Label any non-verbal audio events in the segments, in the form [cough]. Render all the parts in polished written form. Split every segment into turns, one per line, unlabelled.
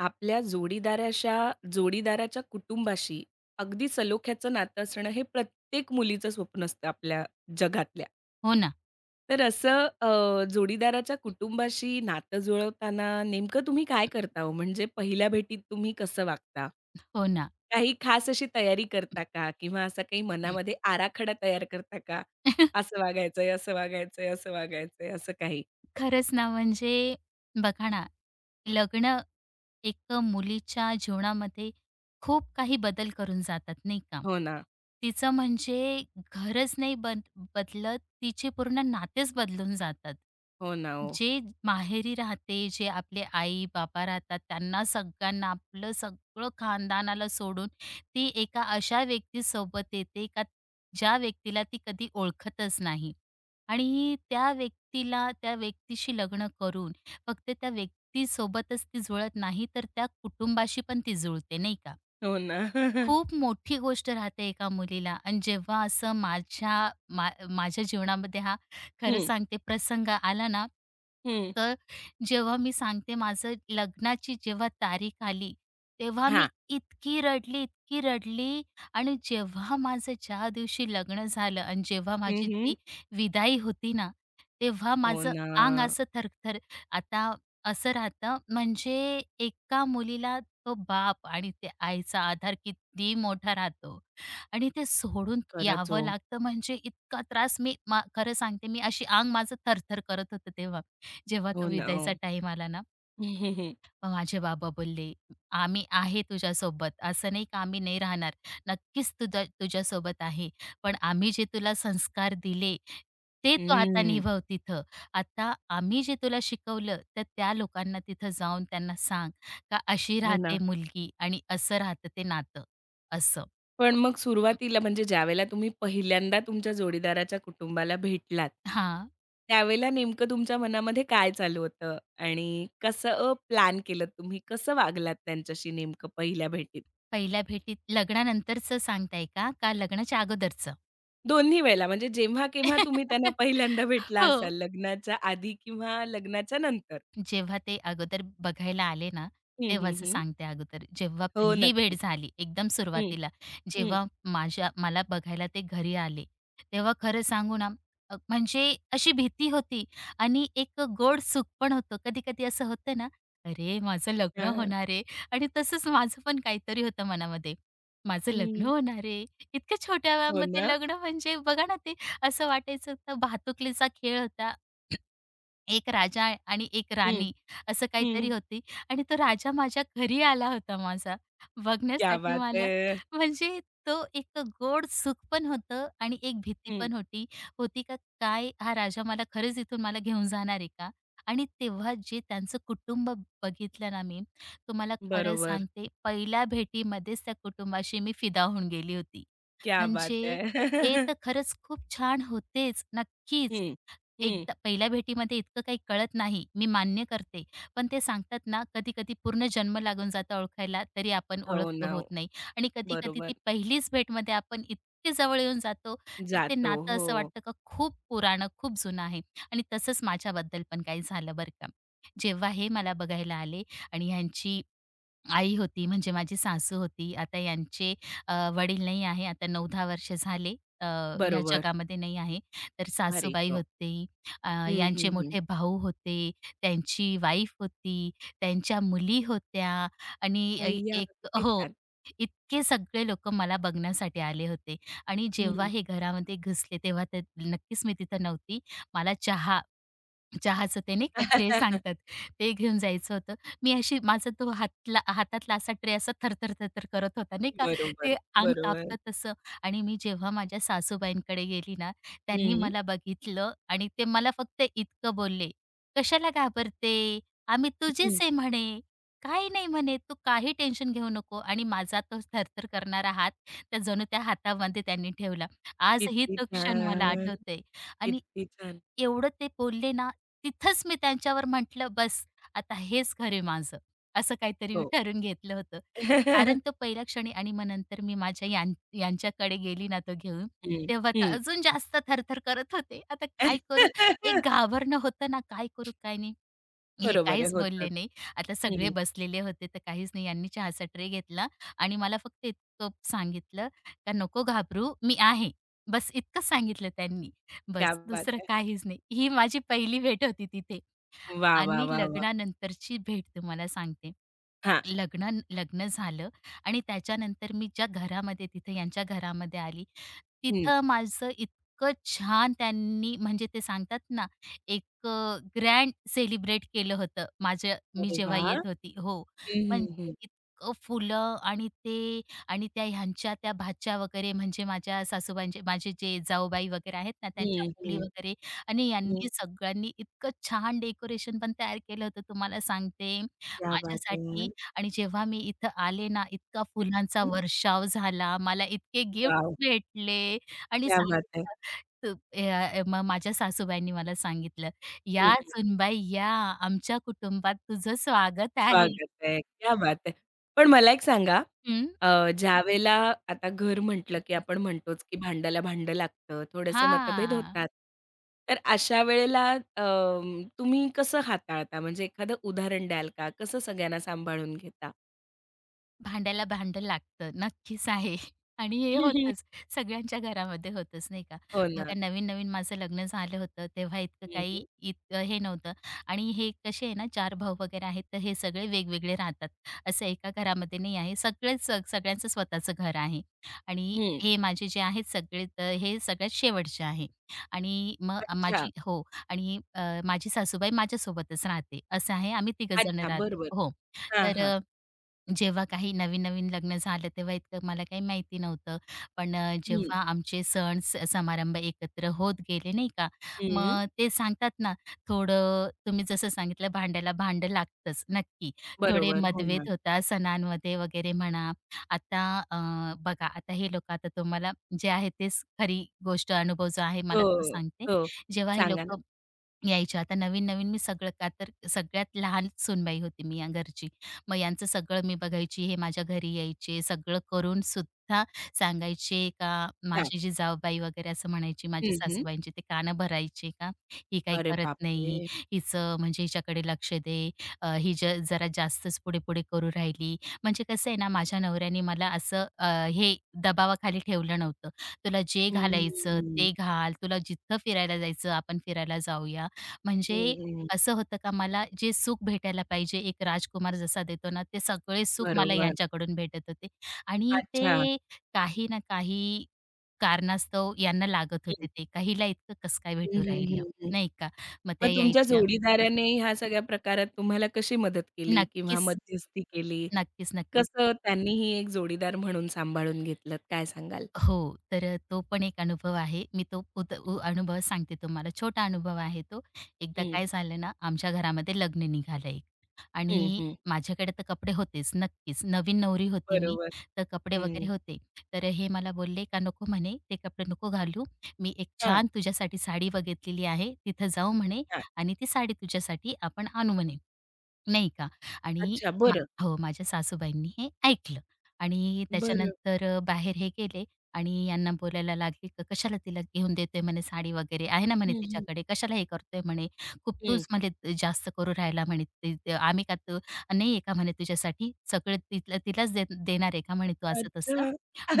आपल्या जोडीदाराच्या कुटुंबाशी अगदी सलोख्याचं नातं असणं हे प्रत्येक मुलीचं स्वप्न असतं आपल्या जगातल्या.
हो ना,
तर जोडीदाराच्या कुटुंबाशी नातं जुळवताना नेमकं तुम्ही काय करता हो? म्हणजे पहिल्या भेटीत तुम्ही कसं वागता?
हो ना.
काही खास अशी तयारी करता का? किंवा असा काही मनामध्ये आराखडा तयार करता का? असं वागायचंय, असं वागायचंय, असं वागायचंय, असं काही?
खरंच ना, म्हणजे बघा ना, लग्न एक मुलीच्या जीवनामध्ये खूप काही बदल करून जातात, नाही का?
हो ना.
तिचं म्हणजे घरच नाही बद बदलत, तिचे पूर्ण नातेच बदलून जातात.
हो ना, हो.
जे माहेरी राहते, जे आपले आई-बाबा राहतात, त्यांना सगळ्यांना, आपलं सगळं खानदानाला सोडून ती एका अशा व्यक्तीसोबत येते, का ज्या व्यक्तीला ती कधी ओळखतच नाही. आणि त्या व्यक्तीला त्या व्यक्तीशी लग्न करून फक्त त्या व्यक्तीसोबतच ती जुळत नाही, तर त्या कुटुंबाशी पण ती जुळते, नाही का?
हो ना. [laughs]
खूप मोठी गोष्ट राहते एका मुलीला आणि जेव्हा असं माझ्या जीवनामध्ये हा खरं
हं.
सांगते प्रसंग आला ना
हं.
तर जेव्हा मी सांगते माझं लग्नाची जेव्हा तारीख आली, तेव्हा मी
हां.
इतकी रडली, इतकी रडली आणि जेव्हा माझं ज्या दिवशी लग्न झालं आणि जेव्हा माझी ती विदाई होती ना, तेव्हा
हो
माझं
ना.
अंग असं थरथर आता असं राहतं म्हणजे एका मुलीला तो बाप आणि त्या आईचा आधार किती मोठा राहतो आणि ते सोडून
खरंच
यावं
हो.
लागतं म्हणजे इतका त्रास मी मा खरं सांगते मी अशी अंग माझं थरथर करत होतं तेव्हा. जेव्हा
हो
तो
ना.
विदाईचा
हो.
टाईम आला ना,
[laughs]
मग माझे बाबा बोलले, "आम्ही आहे तुझ्यासोबत. असं नाही का आम्ही नाही राहणार. नक्कीच तुझ्यासोबत आहे. पण आम्ही जे तुला संस्कार दिले, ते तू आता
हं.
निभव तिथं. आता आम्ही जे तुला शिकवलं, तर त्या लोकांना तिथं जाऊन त्यांना सांग, का अशी
हो ना.
राहते मुलगी आणि असं राहतं ते नातं." असं.
पण मग सुरुवातीला म्हणजे ज्यावेळेला तुम्ही पहिल्यांदा तुमच्या जोडीदाराच्या कुटुंबाला भेटलात,
हां.
त्यावेळेला नेमकं तुमच्या मनामध्ये काय चालू होतं? आणि कसं प्लॅन केलं तुम्ही? कसं वागलात त्यांच्याशी नेमकं पहिल्या भेटीत?
पहिल्या भेटीत लग्नानंतरचं सांगताय का? का लग्नाच्या अगोदरचं?
दोन्ही वेळेला म्हणजे जेव्हा-केव्हा तुम्ही त्यांना पहिल्यांदा
[laughs]
भेटला असाल,
हो.
लग्नाच्या आधी किंवा लग्नाच्या नंतर?
जेव्हा ते अगोदर बघायला आले ना,
हं, हं,
तेव्हाचं
हं.
सांगते अगोदर. जेव्हा
हो,
पहिली भेट
नक्की.
झाली एकदम
हं,
सुरुवातीला,
हं.
जेव्हा माझ्या मला बघायला ते घरी आले, तेव्हा खरं सांगू ना, म्हणजे अशी भीती होती आणि एक गोड सुख पण होतं. कधी-कधी असं होतं ना, "अरे, माझं लग्न
हां.
होणार आहे" आणि तसंच माझं पण काहीतरी होतं मनामध्ये. माझं लग्न
हं.
होणार आहे. इतक्या छोट्या
हो
वयामध्ये
ना.
लग्न म्हणजे बघा ना, ते असं वाटायचं तर भातुकलीचा खेळ होता एक राजा आणि एक राणी असं काहीतरी
हं.
होती आणि तो राजा माझ्या घरी आला होता माझा
क्या
बघण्यासाठी
बात है!
मला. म्हणजे तो एक गोड सुख पण होतं आणि एक भीती
हं.
पण होती. होती का काय हा राजा मला खरंच इथून मला घेऊन जाणार आहे का? आणि तेव्हा जे त्यांचं कुटुंब बघितलं ना मी, तुम्हाला खरं
बरोबर.
सांगते पहिल्या भेटीमध्येच त्या कुटुंबाशी मी फिदा होऊन गेली होती.
क्या बात
म्हणजे
है!
ते तर
[laughs]
खरंच खूप छान होतेच नक्कीच.
हं. हं.
एकदा पहिल्या भेटीमध्ये इतकं काही कळत नाही, मी मान्य करते. पण ते सांगतात ना, कधी-कधी पूर्ण जन्म लागून जातं ओळखायला, तरी आपण
हो
ओळख
ना.
होत
हो.
नाही. आणि कधी-कधी ती
बरोबर.
पहिलीच भेटमध्ये आपण इतके जवळ येऊन जातो, तर ते
जातो.
नातं असं
हो.
वाटतं का खूप पुराणं, खूप जुनं आहे. आणि तसंच माझ्याबद्दल पण काही झालं बरं का. जेव्हा हे मला बघायला आले आणि ह्यांची आई होती, म्हणजे माझी सासू होती. आता यांचे वडील नाही आहे. आता 9-10 वर्ष झाले अ, ह्या
बरोबर.
जगामध्ये नाही आहे. तर
अरे
सासूबाई
गं!
होते,
हं,
यांचे
हं, हं.
मोठे भाऊ होते, त्यांची वाईफ होती, त्यांच्या मुली होत्या आणि ए
अय्या!
एक
किती
हो,
छान.
इतके सगळे लोकं मला बघण्यासाठी आले होते आणि जेव्हा
हं.
हे घरामध्ये घुसले तेव्हा तर नक्कीच मी तिथं नव्हती. मला चहाचं ते नाही का ट्रे
[laughs]
सांगतात, ते घेऊन जायचं होतं. मी अशी माझा तो हातातला असा ट्रे असा थरथर, थरथर करत होता नाही का,
बरोबर.
ते अंग
बरोबर.
कापतं तसं आणि मी जेव्हा माझ्या सासूबाईंकडे गेली ना, त्यांनी
हं.
मला बघितलं आणि ते मला फक्त इतकं बोलले, "कशाला घाबरते? आम्ही तुझेच
हं.
आहे म्हणे. काही नाही म्हणे, तू काही टेन्शन घेऊ नको." आणि माझा तो थरथर करणारा हात, त्या जणू त्या हातामध्ये त्यांनी ठेवला. आजही
किती
तो क्षण मला
छान!
आठवतोय. आणि
किती छान!
एवढं ते बोलले ना, तिथंच मी त्यांच्यावर म्हटलं, "बस आता हेच घर आहे माझं." असं काहीतरी मी
हो.
ठरवून घेतलं होतं. कारण तो
[laughs]
पहिल्या क्षणी आणि मग नंतर मी माझ्या यां यांच्याकडे गेली ना तो घेऊन,
हं.
तेव्हा तर
हं.
अजून जास्त थरथर करत होते. आता काय करू? एक
[laughs]
घाबरणं होतं ना, काय करू काय नाही? हे
बरोबर आहे.
काहीच
होतात.
बोलले नाही. आता सगळे
हं.
बसलेले होते तर काहीच नाही. यांनी चहाचा ट्रे घेतला आणि मला फक्त इतकं सांगितलं का "नको घाबरू, मी आहे." बस इतकंच सांगितलं त्यांनी.
क्या
बस
बात
दुसरं
है!
काहीच नाही. ही माझी पहिली भेट होती तिथे
वाह, वा
आणि
वा वा
लग्नानंतरची भेट तुम्हाला सांगते.
हां.
लग्न लग्न झालं आणि त्याच्यानंतर मी ज्या घरामध्ये तिथं यांच्या घरामध्ये आली,
हं.
तिथं माझं इतकं छान त्यांनी म्हणजे ते सांगतात ना, एक ग्रँड सेलिब्रेट केलं होतं माझ्या मी
अरे
जेव्हा
वाह!
येत होती. हो,
हुँ, हुँ,
म्हणजे
हुँ।
इतकं फुलं आणि ते आणि त्या ह्यांच्या त्या भाच्या वगैरे म्हणजे माझ्या सासूबाईंचे माझे जे जाऊबाई वगैरे आहेत ना, त्यांच्या
हुँ,
मुली
हुँ,
वगैरे आणि
हुँ
यांनी सगळ्यांनी इतकं छान डेकोरेशन पण तयार केलं होतं तुम्हाला सांगते.
क्या बात है!
माझ्यासाठी आणि जेव्हा मी इथं आले ना, इतका फुलांचा
हुँ,
वर्षाव झाला. मला इतके गिफ्ट्स भेटले आणि
क्या बात
सांगितलं
है!
तू मग माझ्या सासूबाईंनी मला सांगितलं,
हं,
"या
हं.
सुनबाई या, आमच्या कुटुंबात तुझं स्वागत आहे."
स्वागत आहे. क्या बात है! पण मला एक सांगा
हं.
ज्यावेळेला आता घर म्हटलं, की आपण म्हणतोच, की भांड्याला भांडं लागतं, थोडेसे मतभेद
हां.
होतात. तर अशा वेळेला तुम्ही कसं हाताळता? म्हणजे एखादं उदाहरण द्याल का? कसं सगळ्यांना सांभाळून घेता?
भांड्याला भांडं लागतं. नक्कीच आहे. आणि हे
हम्म.
होतंच. सगळ्यांच्या घरामध्ये होतंच नाही का.
हो ना.
बघा नवीन-नवीन माझं लग्न झालं होतं तेव्हा इतकं
हं,
काही
हं.
इतकं हे नव्हतं. आणि हे कसे आहे ना 4 भाऊ वगैरे आहेत तर हे सगळे वेगवेगळे राहतात. असं एका घरामध्ये नाही आहे. सगळेच सगळ्यांचं स्वतःचं घर आहे. आणि
हं.
हे माझे जे आहेत सगळे तर हे सगळ्यात शेवटचे आहे. आणि मग
अच्छा.
माझी हो. आणि माझी सासूबाई माझ्यासोबतच राहते. असं आहे. आम्ही तिघं जण
अच्छा.
राहतो.
बरोबर.
हो.
हां, हां.
तर जेव्हा काही नवीन-नवीन लग्न झालं तेव्हा इतकं मला काही माहिती नव्हतं. पण
हं.
जेव्हा आमचे सण स समारंभ एकत्र होत गेले नाही का,
हं.
मग ते सांगतात ना, थोडं तुम्ही जसं सांगितलं भांड्याला भांडं लागतंच नक्की. थोडे
बरोबर. हो ना.
मतभेद होता सणांमध्ये वगैरे म्हणा. आता अ, बघा आता हे लोकं आता तुम्हाला जे आहे तेच खरी गोष्ट, अनुभव जो आहे
हो,
मला तो सांगते.
हो.
जेव्हा हे
सांगा ना.
लोकं यायच्या. आता नवीन-नवीन मी सगळं का तर सगळ्यात लहान सूनबाई होती मी या घरची. मग यांचं सगळं मी बघायची. हे माझ्या घरी यायचे. सगळं करून सुद्धा सांगायचे का
हां.
माझी जी जाऊबाई वगैरे असं म्हणायची माझ्या
हं, हं.
सासूबाईंची ते कानं भरायचे का "ही काही
अरे
करत नाही.
बापरे!
हिचं म्हणजे हिच्याकडे लक्ष दे. अ, ही ज जरा जास्तच पुढे-पुढे करू राहिली." म्हणजे कसं आहे ना माझ्या नवऱ्याने मला असं हे दबावाखाली ठेवलं नव्हतं. तुला जे घालायचं
हम्म.
ते घाल. तुला जिथं फिरायला जायचं आपण फिरायला जाऊया. म्हणजे
हं.
असं होतं का मला जे सुख भेटायला पाहिजे एक राजकुमार जसा देतो ना, ते सगळे सुख मला
बरोबर.
यांच्याकडून भेटत होते आणि
अच्छा.
ते काही ना काही कारणास्तव यांना लागत
हं.
होते ते. का हिला इतकं कसं काय
हं,
भेटू
हं,
राहिलं,
हं, हं.
नाही का? मग
मग
त्या
तुमच्या
यायच्या
जोडीदाराने ह्या सगळ्या प्रकारात तुम्हाला कशी मदत केली किंवा
नक्कीच,
मध्यस्थी केली?
नक्कीच.
कसं त्यांनीही एक जोडीदार म्हणून सांभाळून घेतलत काय सांगाल?
हो, तर तो पण एक अनुभव आहे. मी तो उद उ
हं,
अनुभव सांगते तुम्हाला. छोटा अनुभव आहे तो. एकदा
हं,
काय झालं ना, आमच्या घरामध्ये लग्न निघालं
हं,
आणि
हं.
माझ्याकडे तर कपडे होतेच नक्कीच. नवीन नवरी होती मी,
बरोबर.
तर कपडे वगैरे
हं.
होते. तर हे मला बोलले का "नको," म्हणे, "ते कपडे नको घालू. मी एक
हां,
छान तुझ्यासाठी साडी बघितलेली आहे. तिथं जाऊ," म्हणे
हां.
"आणि ती साडी तुझ्यासाठी आपण आणू," म्हणे. नाही का? आणि
अच्छा
मा
बरं,
हो, माझ्या सासूबाईंनी हे ऐकलं आणि
बरं.
त्याच्यानंतर बाहेर हे गेले आणि यांना बोलायला लागले, "का कशाला तिला घेऊन देतोय?" म्हणे, "साडी वगैरे आहे ना," म्हणे,
हं, हं,
"तिच्याकडे. कशाला हे करतोय?" म्हणे, "खूप
हं.
तूच म्हणे जास्त करू राहिला," म्हणे, "ते ते आम्ही का तू नाही आहे का?" म्हणे, "तुझ्यासाठी सगळं तिलाच देणार आहे का?" म्हणे, "तू असं-तसं."
अच्छा.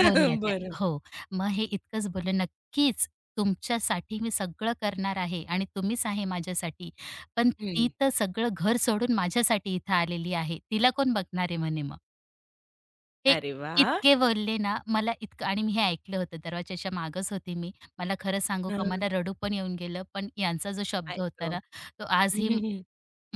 बोलल्या त्या.
बरं.
हो. मग हे इतकंच बोलले, "नक्कीच तुमच्यासाठी मी सगळं करणार आहे आणि तुम्हीच आहे माझ्यासाठी. पण ती
हं.
तर सगळं घर सोडून माझ्यासाठी इथं आलेली आहे. तिला कोण बघणार आहे म्हणे मग. हे
अरे वाह!
इतके बोलले ना मला इतकं आणि मी हे ऐकलं होतं दरवाजाच्या मागच होती मी. मला खरं सांगू का
हां.
मला रडू पण येऊन गेलं. पण यांचा जो शब्द होता
ऐकतो.
ना, तो आजही
[laughs]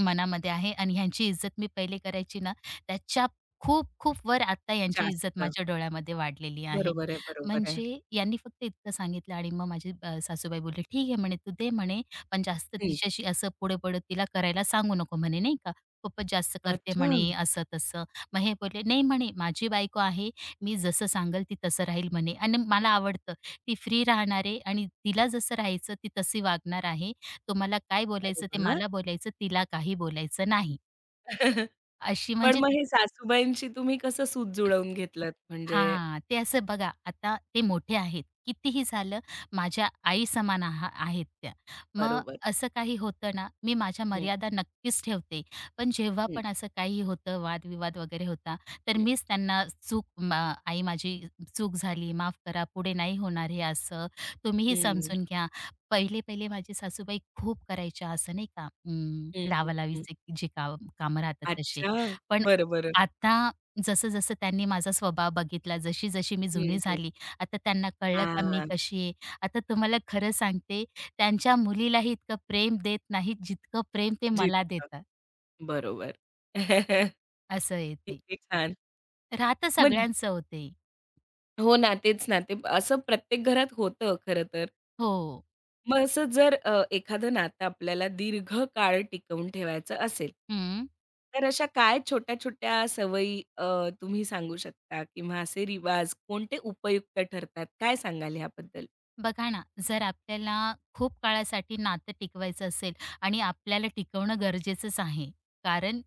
मनामध्ये आहे आणि ह्यांची इज्जत मी पहिले करायची ना, त्याच्या खूप खूप वर आता यांची इज्जत
जास्त.
माझ्या डोळ्यामध्ये वाढलेली आहे.
बरोबर आहे, बरोबर आहे.
म्हणजे यांनी फक्त इतकं सांगितलं आणि मग माझी सासूबाई बोलले, "ठीक आहे," म्हणे, "तू दे," म्हणे, "पण जास्त
हं.
तिच्याशी असं पुढे-पुढे तिला करायला सांगू नको," म्हणे, "नाही का. खूपच जास्त करते,"
अच्छा.
म्हणे, "असं-तसं." मग हे बोलले, "नाही," म्हणे, "माझी बायको आहे. मी जसं सांगेल ती तसं राहील," म्हणे, "आणि मला आवडतं. ती फ्री राहणार आहे आणि तिला जसं राहायचं ती तशी वागणार आहे. तुम्हाला काय
अरे
बोलायचं ते
वाह!
मला बोलायचं, तिला काही बोलायचं नाही.
[laughs]
अशी
पण
म्हणजे
मग हे सासूबाईंशी तुम्ही कसं सूत जुळवून घेतलत? म्हणजे
हां, ते असं बघा आता ते मोठे आहेत. कितीही झालं माझ्या आईसमान आहेत त्या. मग
बरोबर.
असं काही होतं ना, मी माझ्या
हं,
मर्यादा नक्कीच ठेवते. पण जेव्हा
हं,
पण असं काही होतं, वादविवाद वगैरे होता, तर
हं.
मीच त्यांना चूक मा आई माझी चूक झाली, माफ करा, पुढे नाही होणार हे असं, तुम्हीही
हं,
समजून घ्या. पहिले-पहिले माझी सासूबाई खूप करायच्या असं नाही का,
हं, हं, हं.
लावालावीचे जे कामं राहतात तसे.
अच्छा.
पण
बरं,
आता जसं-जसं त्यांनी माझा स्वभाव बघितला, जशी-जशी मी जुनी
हं, हं.
झाली, आता त्यांना कळलं का मी
हां.
कशी आहे. आता तुम्हाला खरं सांगते, त्यांच्या मुलीलाही इतकं प्रेम देत नाहीत, जितकं प्रेम ते मला
जितकं.
देतात,
बरोबर. [laughs]
असं आहे ते.
किती छान.
राहतं
मग
सगळ्यांचं होते ते.
हो ना, तेच ना. ते असं प्रत्येक घरात होतं खरं तर.
हो.
मग असं जर एखादं नातं आपल्याला दीर्घकाळ टिकवून ठेवायचं असेल,
हं.
तर अशा काय छोट्या-छोट्या सवयी तुम्ही सांगू शकता किंवा असे रिवाज कोणते उपयुक्त ठरतात? काय सांगाल ह्याबद्दल?
बघा ना, जर आपल्याला खूप काळासाठी नातं टिकवायचं असेल आणि आपल्याला टिकवणं गरजेचंच आहे. कारण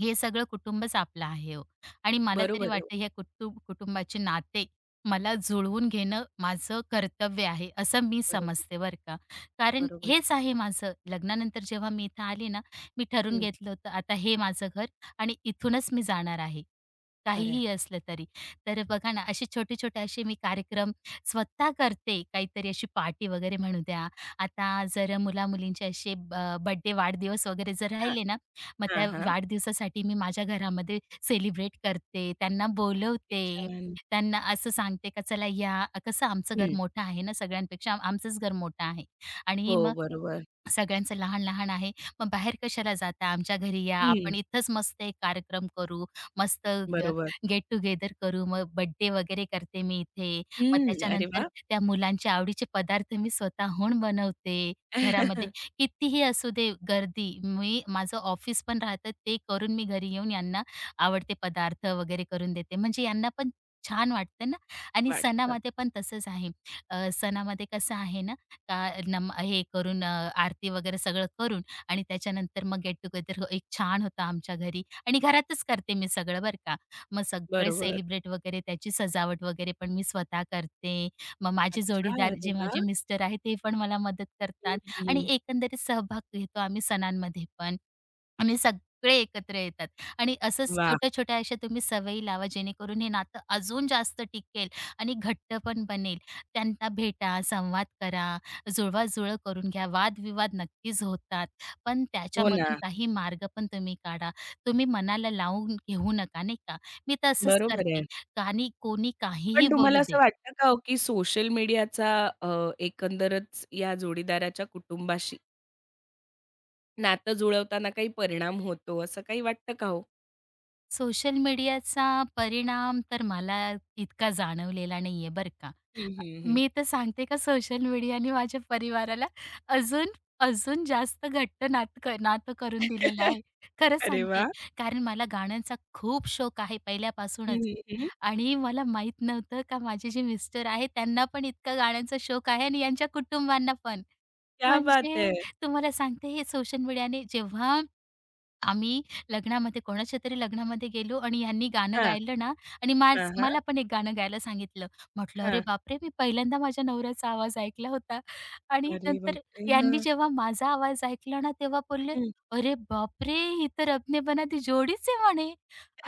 हे सगळं कुटुंबच आपलं आहे हो. आणि मला
बरोबर
तरी
आहे हो.
वाटतं ह्या कुटुंबाचे नाते मला जुळवून घेणं माझं कर्तव्य आहे, असं मी
बरोबर,
समजते बरं का. कारण
बरोबर आहे.
हेच आहे माझं. लग्नानंतर जेव्हा मी इथं आले ना, मी ठरून
हं,
घेतलं होतं आता हे माझं घर आणि इथूनच मी जाणार आहे,
खरं आहे.
काहीही असलं तरी. तर बघा ना, असे छोटे-छोटे असे मी कार्यक्रम स्वतः करते. काहीतरी अशी पार्टी वगैरे म्हणू द्या. आता जर मुला-मुलींचे असे बर्थडे वाढदिवस वगैरे जर
हां,
राहिले ना, मग
हां,
त्या
हां.
वाढदिवसासाठी मी माझ्या घरामध्ये सेलिब्रेट करते, त्यांना
किती
बोलवते,
छान.
त्यांना असं सांगते का चला या कसं आमचं घर
हं.
मोठं आहे ना सगळ्यांपेक्षा आमचंच घर मोठं आहे आणि
हो,
मग
बरोबर.
सगळ्यांचं लहान-लहान आहे. मग बाहेर कशाला जाता? आमच्या घरी या.
हं,
आपण इथंच मस्त एक कार्यक्रम करू. मस्त
बरोबर.
गेट टुगेदर करू. मग बर्थडे वगैरे करते मी इथे. मग
हं, अरे
त्याच्यानंतर
वाह!
त्या मुलांच्या आवडीचे पदार्थ मी स्वतःहून बनवते घरामध्ये.
[laughs]
कितीही असू दे गर्दी, मी माझं ऑफिस पण राहतं ते करून मी घरी येऊन यांना आवडते पदार्थ वगैरे करून देते. म्हणजे यांना पण छान वाटतं ना आणि
वाटतं.
सणामध्ये पण तसंच आहे. सणामध्ये कसं आहे ना का नम हे करून अ, आरती वगैरे सगळं करून आणि त्याच्यानंतर मग गेट टुगेदर एक छान होतं आमच्या घरी आणि घरातच करते मी सगळं बरं का. मग सगळे
बरोबर.
सेलिब्रेट वगैरे त्याची सजावट वगैरे पण मी स्वतः करते. मग माझे
अच्छा,
जोडीदार
अरे
जे
वाह!
माझे मिस्टर आहे ते पण मला मदत
हं,
करतात
हं,
आणि
हं.
एकंदरीत सहभाग घेतो आम्ही सणांमध्ये पण आणि सगळे एकत्र येतात आणि असंच छोट्या-छोट्या अशा तुम्ही सवयी लावा जेणेकरून हे नातं अजून जास्त टिकेल आणि घट्ट पण बनेल. त्यांना भेटा, संवाद करा जुळवाजुळव करून घ्या. वादविवाद नक्कीच होतात, पण
हो ना.
त्याच्यामधून काही मार्ग पण तुम्ही काढा. तुम्ही मनाला लावून घेऊ नका, नाही का? मी तसंच
बरोबर
करते.
आहे.
आणि कोणी काहीही
पण तुम्हाला
बोलू
असं
दे.
वाटतं का हो, की सोशल मीडियाचा एकंदरच या जोडीदाराच्या कुटुंबाशी नातं जुळवताना काही परिणाम होतो, असं काही वाटतं का हो?
सोशल मीडियाचा परिणाम तर मला इतका जाणवलेला नाहीये बरं का.
हं, हं, हं.
मी तर सांगते का सोशल मीडियाने माझ्या परिवाराला अजून, अजून जास्त घट्ट नातं करून दिलेलं आहे. खरं
[laughs] अरे
सांगते.
वाह!
कारण मला गाण्यांचा खूप शौक आहे
हं,
पहिल्यापासूनच.
हं,
आणि मला माहीत नव्हतं का माझे जे मिस्टर आहेत त्यांना पण इतका गाण्यांचा शौक आहे आणि यांच्या कुटुंबांना पण.
क्या बात
म्हणजे
है!
तुम्हाला सांगते हे सोशल मीडियाने जेव्हा आम्ही लग्नामध्ये कोणाच्यातरी लग्नामध्ये गेलो आणि ह्यांनी गाणं
हां,
गायलं ना आणि
हां, हां,
मला पण एक गाणं गायला सांगितलं. म्हटलं, "अरे
हां.
बापरे! मी पहिल्यांदा माझ्या नवऱ्याचा आवाज ऐकला होता." आणि
अरे
नंतर
बापरे!
यांनी
हां,
जेव्हा माझा आवाज ऐकला ना, तेव्हा बोलले,
हं.
"अरे बापरे! ही तर अपने बना जोडीच आहे म्हणे."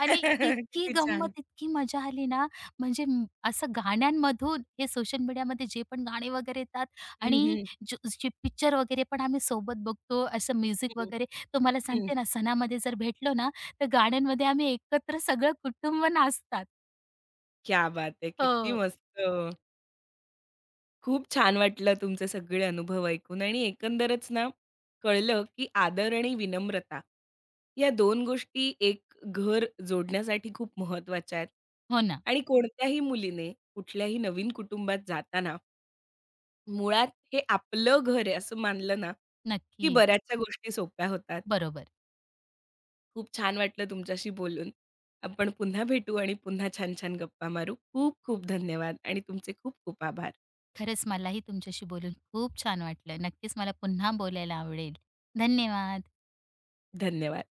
आणि इतकी
किती
गंमत,
छान.
इतकी मजा आली ना, म्हणजे असं गाण्यांमधून हे सोशल मीडियामध्ये जे पण गाणे वगैरे येतात
हं,
आणि
हं,
जे पिक्चर वगैरे पण आम्ही सोबत बघतो, असं म्युझिक
हं,
वगैरे तुम्हाला
हं.
सांगते ना, सणामध्ये जर भेटलो ना, तर गाण्यांमध्ये आम्ही एकत्र सगळं कुटुंब नाचतात.
क्या बात है! किती
हो,
मस्त. खूप छान वाटलं तुमचे सगळे अनुभव ऐकून आणि एकंदरच ना कळलं की आदर आणि विनम्रता या दोन गोष्टी एक घर जोडण्यासाठी खूप महत्वाच्या आहेत
हो ना.
आणि कोणत्याही मुलीने कुठल्याही नवीन कुटुंबात जाताना मुळात हे आपलं घर आहे असं मानलं ना की
नक्कीच.
बऱ्याचशा गोष्टी सोप्या होतात.
बरोबर.
खूप छान वाटलं तुमच्याशी बोलून. आपण पुन्हा भेटू आणि पुन्हा छान छान गप्पा मारू. खूप खूप धन्यवाद आणि तुमचे खूप खूप आभार.
खरंच मलाही तुमच्याशी बोलून खूप छान वाटलं. नक्कीच मला पुन्हा बोलायला आवडेल. धन्यवाद.
धन्यवाद.